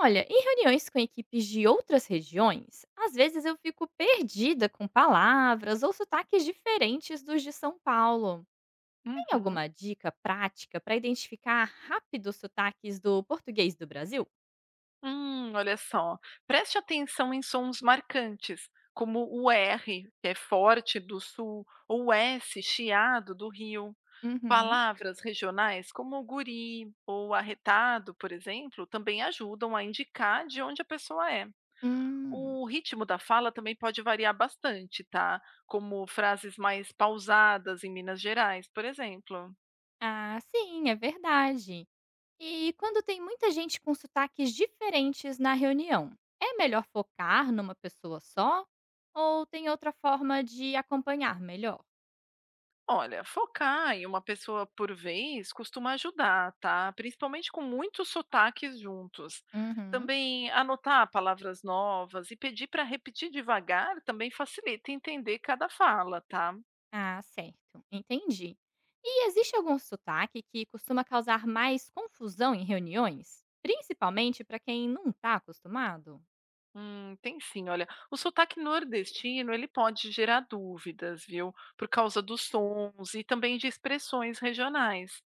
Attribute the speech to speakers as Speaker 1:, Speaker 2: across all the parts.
Speaker 1: Olha, em reuniões com equipes de outras regiões, às vezes eu fico perdida com palavras ou sotaques diferentes dos de São Paulo. Tem
Speaker 2: Uhum.
Speaker 1: alguma dica prática para identificar rápido os sotaques do português do Brasil?
Speaker 2: Olha só. Preste atenção em sons marcantes, como o R, que é forte do sul, ou o S, chiado do Rio.
Speaker 1: Uhum.
Speaker 2: Palavras regionais como guri ou arretado, por exemplo, também ajudam a indicar de onde a pessoa é.
Speaker 1: Hum,
Speaker 2: O ritmo da fala também pode variar bastante, tá? Como frases mais pausadas em Minas Gerais, por exemplo.
Speaker 1: ah, sim, é verdade. E quando tem muita gente com sotaques diferentes na reunião, é melhor focar numa pessoa só? Ou tem outra forma de acompanhar melhor?
Speaker 2: Olha, focar em uma pessoa por vez costuma ajudar, tá? Principalmente com muitos sotaques juntos.
Speaker 1: Uhum.
Speaker 2: Também anotar palavras novas e pedir para repetir devagar também facilita entender cada fala, tá?
Speaker 1: Ah, certo. Entendi. E existe algum sotaque que costuma causar mais confusão em reuniões? Principalmente para quem não está acostumado?
Speaker 2: Tem sim, olha. O sotaque nordestino, ele pode gerar dúvidas, viu? Por causa dos sons e também de expressões regionais.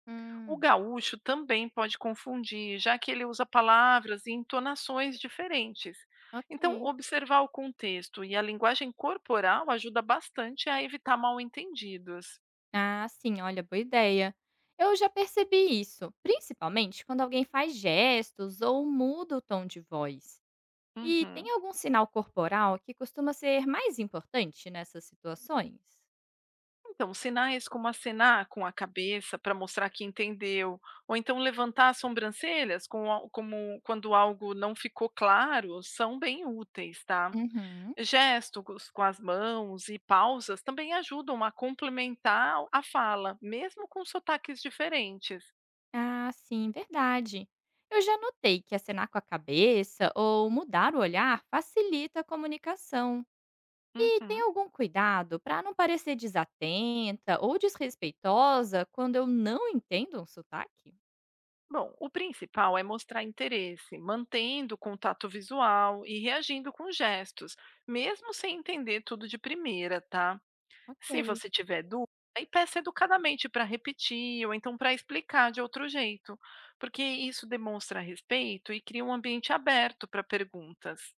Speaker 2: O
Speaker 1: Hum,
Speaker 2: gaúcho também pode confundir, já que ele usa palavras e entonações diferentes. Então,
Speaker 1: ok.
Speaker 2: observar o contexto e a linguagem corporal ajuda bastante a evitar mal-entendidos.
Speaker 1: Ah, sim, olha, boa ideia. Eu já percebi isso, principalmente quando alguém faz gestos ou muda o tom de voz. E tem
Speaker 2: Uhum.
Speaker 1: algum sinal corporal que costuma ser mais importante nessas situações?
Speaker 2: Então, sinais como acenar com a cabeça para mostrar que entendeu, ou então levantar as sobrancelhas com como quando algo não ficou claro, são bem úteis, tá?
Speaker 1: Uhum.
Speaker 2: Gestos com as mãos e pausas também ajudam a complementar a fala, mesmo com sotaques diferentes.
Speaker 1: Ah, sim, verdade. Eu já notei que acenar com a cabeça ou mudar o olhar facilita a comunicação. E tem
Speaker 2: Uhum.
Speaker 1: algum cuidado para não parecer desatenta ou desrespeitosa quando eu não entendo um sotaque?
Speaker 2: Bom, o principal é mostrar interesse, mantendo o contato visual e reagindo com gestos, mesmo sem entender tudo de primeira, tá? Se
Speaker 1: Ok.
Speaker 2: você tiver dúvida, aí peça educadamente para repetir ou então para explicar de outro jeito, porque isso demonstra respeito e cria um ambiente aberto para perguntas.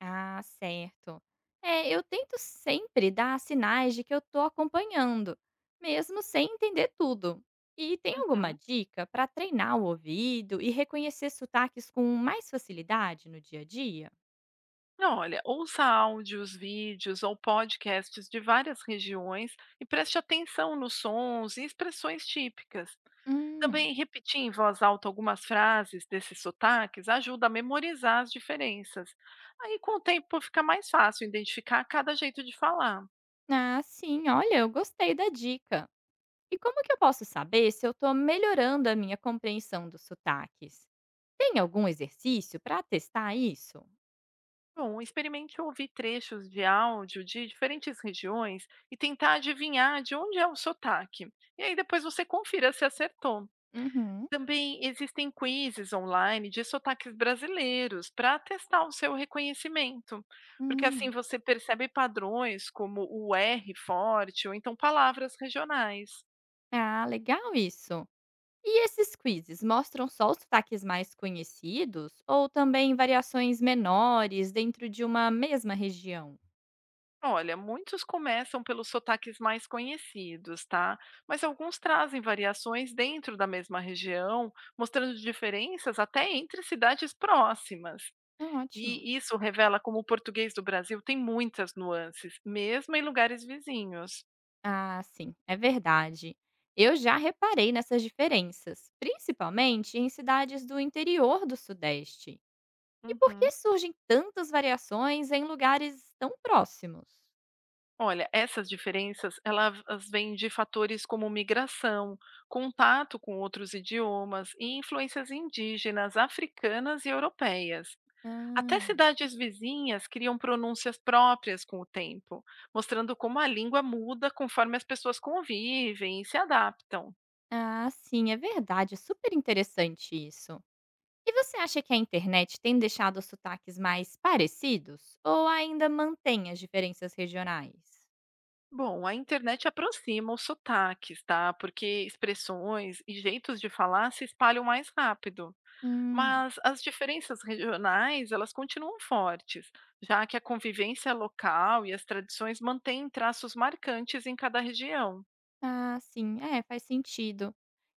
Speaker 1: Ah, certo. É, eu tento sempre dar sinais de que eu estou acompanhando, mesmo sem entender tudo. E tem alguma
Speaker 2: Uhum.
Speaker 1: dica para treinar o ouvido e reconhecer sotaques com mais facilidade no dia a dia?
Speaker 2: Olha, ouça áudios, vídeos ou podcasts de várias regiões e preste atenção nos sons e expressões típicas.
Speaker 1: Hum.
Speaker 2: Também repetir em voz alta algumas frases desses sotaques ajuda a memorizar as diferenças. Aí, com o tempo, fica mais fácil identificar cada jeito de falar.
Speaker 1: Ah, sim, olha, eu gostei da dica. E como que eu posso saber se eu estou melhorando a minha compreensão dos sotaques? Tem algum exercício para testar isso?
Speaker 2: Bom, experimente ouvir trechos de áudio de diferentes regiões e tentar adivinhar de onde é o sotaque. E aí depois você confira se acertou.
Speaker 1: Uhum.
Speaker 2: Também existem quizzes online de sotaques brasileiros para testar o seu reconhecimento, porque assim
Speaker 1: Hum.
Speaker 2: você percebe padrões como o R forte ou então palavras regionais.
Speaker 1: Ah, legal isso. E esses quizzes mostram só os sotaques mais conhecidos ou também variações menores dentro de uma mesma região?
Speaker 2: Olha, muitos começam pelos sotaques mais conhecidos, tá? Mas alguns trazem variações dentro da mesma região, mostrando diferenças até entre cidades próximas.
Speaker 1: Ótimo.
Speaker 2: E isso revela como o português do Brasil tem muitas nuances, mesmo em lugares vizinhos.
Speaker 1: Ah, sim, é verdade. Eu já reparei nessas diferenças, principalmente em cidades do interior do Sudeste. E por que
Speaker 2: Uhum.
Speaker 1: surgem tantas variações em lugares tão próximos?
Speaker 2: Olha, essas diferenças, elas vêm de fatores como migração, contato com outros idiomas e influências indígenas, africanas e europeias. Até
Speaker 1: Ah,
Speaker 2: cidades vizinhas criam pronúncias próprias com o tempo, mostrando como a língua muda conforme as pessoas convivem e se adaptam.
Speaker 1: ah, sim, é verdade. É super interessante isso. E você acha que a internet tem deixado os sotaques mais parecidos? Ou ainda mantém as diferenças regionais?
Speaker 2: Bom, a internet aproxima os sotaques, tá? Porque expressões e jeitos de falar se espalham mais rápido.
Speaker 1: Hum.
Speaker 2: Mas as diferenças regionais, elas continuam fortes, já que a convivência local e as tradições mantêm traços marcantes em cada região.
Speaker 1: Ah, sim. É, faz sentido.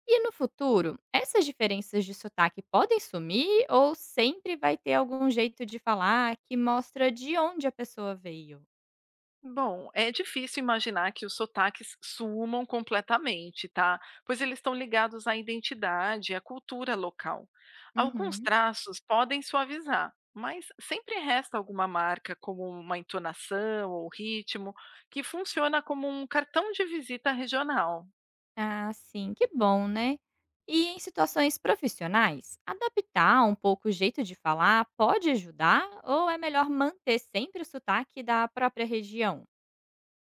Speaker 1: E no futuro, essas diferenças de sotaque podem sumir ou sempre vai ter algum jeito de falar que mostra de onde a pessoa veio?
Speaker 2: Bom, é difícil imaginar que os sotaques sumam completamente, tá? Pois eles estão ligados à identidade, à cultura local. Alguns
Speaker 1: Uhum.
Speaker 2: traços podem suavizar, mas sempre resta alguma marca, como uma entonação ou ritmo, que funciona como um cartão de visita regional.
Speaker 1: Ah, sim, que bom, né? E em situações profissionais, adaptar um pouco o jeito de falar pode ajudar ou é melhor manter sempre o sotaque da própria região?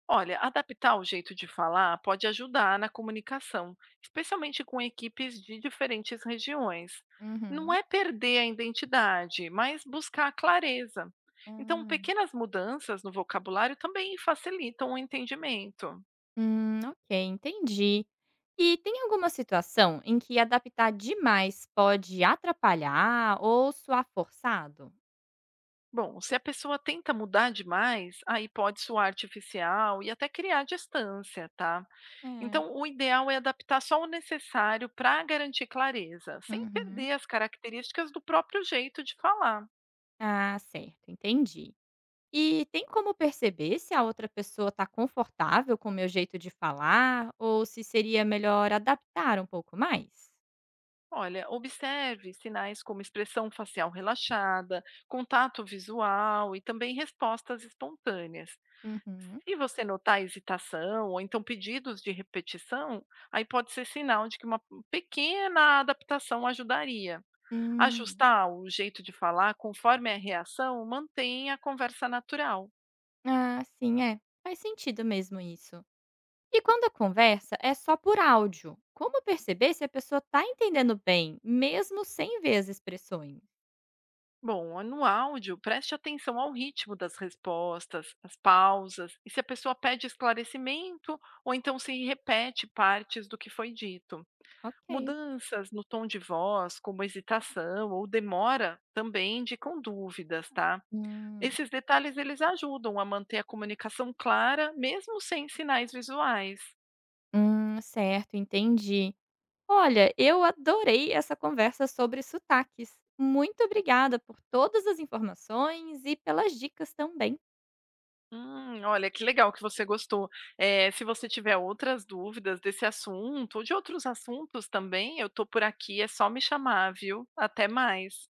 Speaker 2: Olha, adaptar o jeito de falar pode ajudar na comunicação, especialmente com equipes de diferentes regiões. Não
Speaker 1: Uhum.
Speaker 2: é perder a identidade, mas buscar a clareza. Então,
Speaker 1: Ah.
Speaker 2: pequenas mudanças no vocabulário também facilitam o entendimento.
Speaker 1: Ok, entendi. E tem alguma situação em que adaptar demais pode atrapalhar ou soar forçado?
Speaker 2: Bom, se a pessoa tenta mudar demais, aí pode soar artificial e até criar distância, tá?
Speaker 1: É.
Speaker 2: Então, o ideal é adaptar só o necessário para garantir clareza, sem
Speaker 1: Uhum.
Speaker 2: perder as características do próprio jeito de falar.
Speaker 1: Ah, certo, entendi. E tem como perceber se a outra pessoa está confortável com o meu jeito de falar ou se seria melhor adaptar um pouco mais?
Speaker 2: Olha, observe sinais como expressão facial relaxada, contato visual e também respostas espontâneas.
Speaker 1: Uhum.
Speaker 2: Se você notar hesitação ou então pedidos de repetição, aí pode ser sinal de que uma pequena adaptação ajudaria.
Speaker 1: Hum.
Speaker 2: Ajustar o jeito de falar conforme a reação mantém a conversa natural.
Speaker 1: Ah, sim, é. Faz sentido mesmo isso. E quando a conversa é só por áudio, como perceber se a pessoa está entendendo bem, mesmo sem ver as expressões?
Speaker 2: Bom, no áudio, preste atenção ao ritmo das respostas, as pausas e se a pessoa pede esclarecimento ou então se repete partes do que foi dito.
Speaker 1: Ok.
Speaker 2: Mudanças no tom de voz, como hesitação ou demora, também indicam dúvidas, tá?
Speaker 1: Hum.
Speaker 2: Esses detalhes eles ajudam a manter a comunicação clara, mesmo sem sinais visuais.
Speaker 1: Certo, entendi. Olha, eu adorei essa conversa sobre sotaques. Muito obrigada por todas as informações e pelas dicas também.
Speaker 2: Olha, que legal que você gostou. Se você tiver outras dúvidas desse assunto ou de outros assuntos também, eu tô por aqui, é só me chamar, viu? Até mais.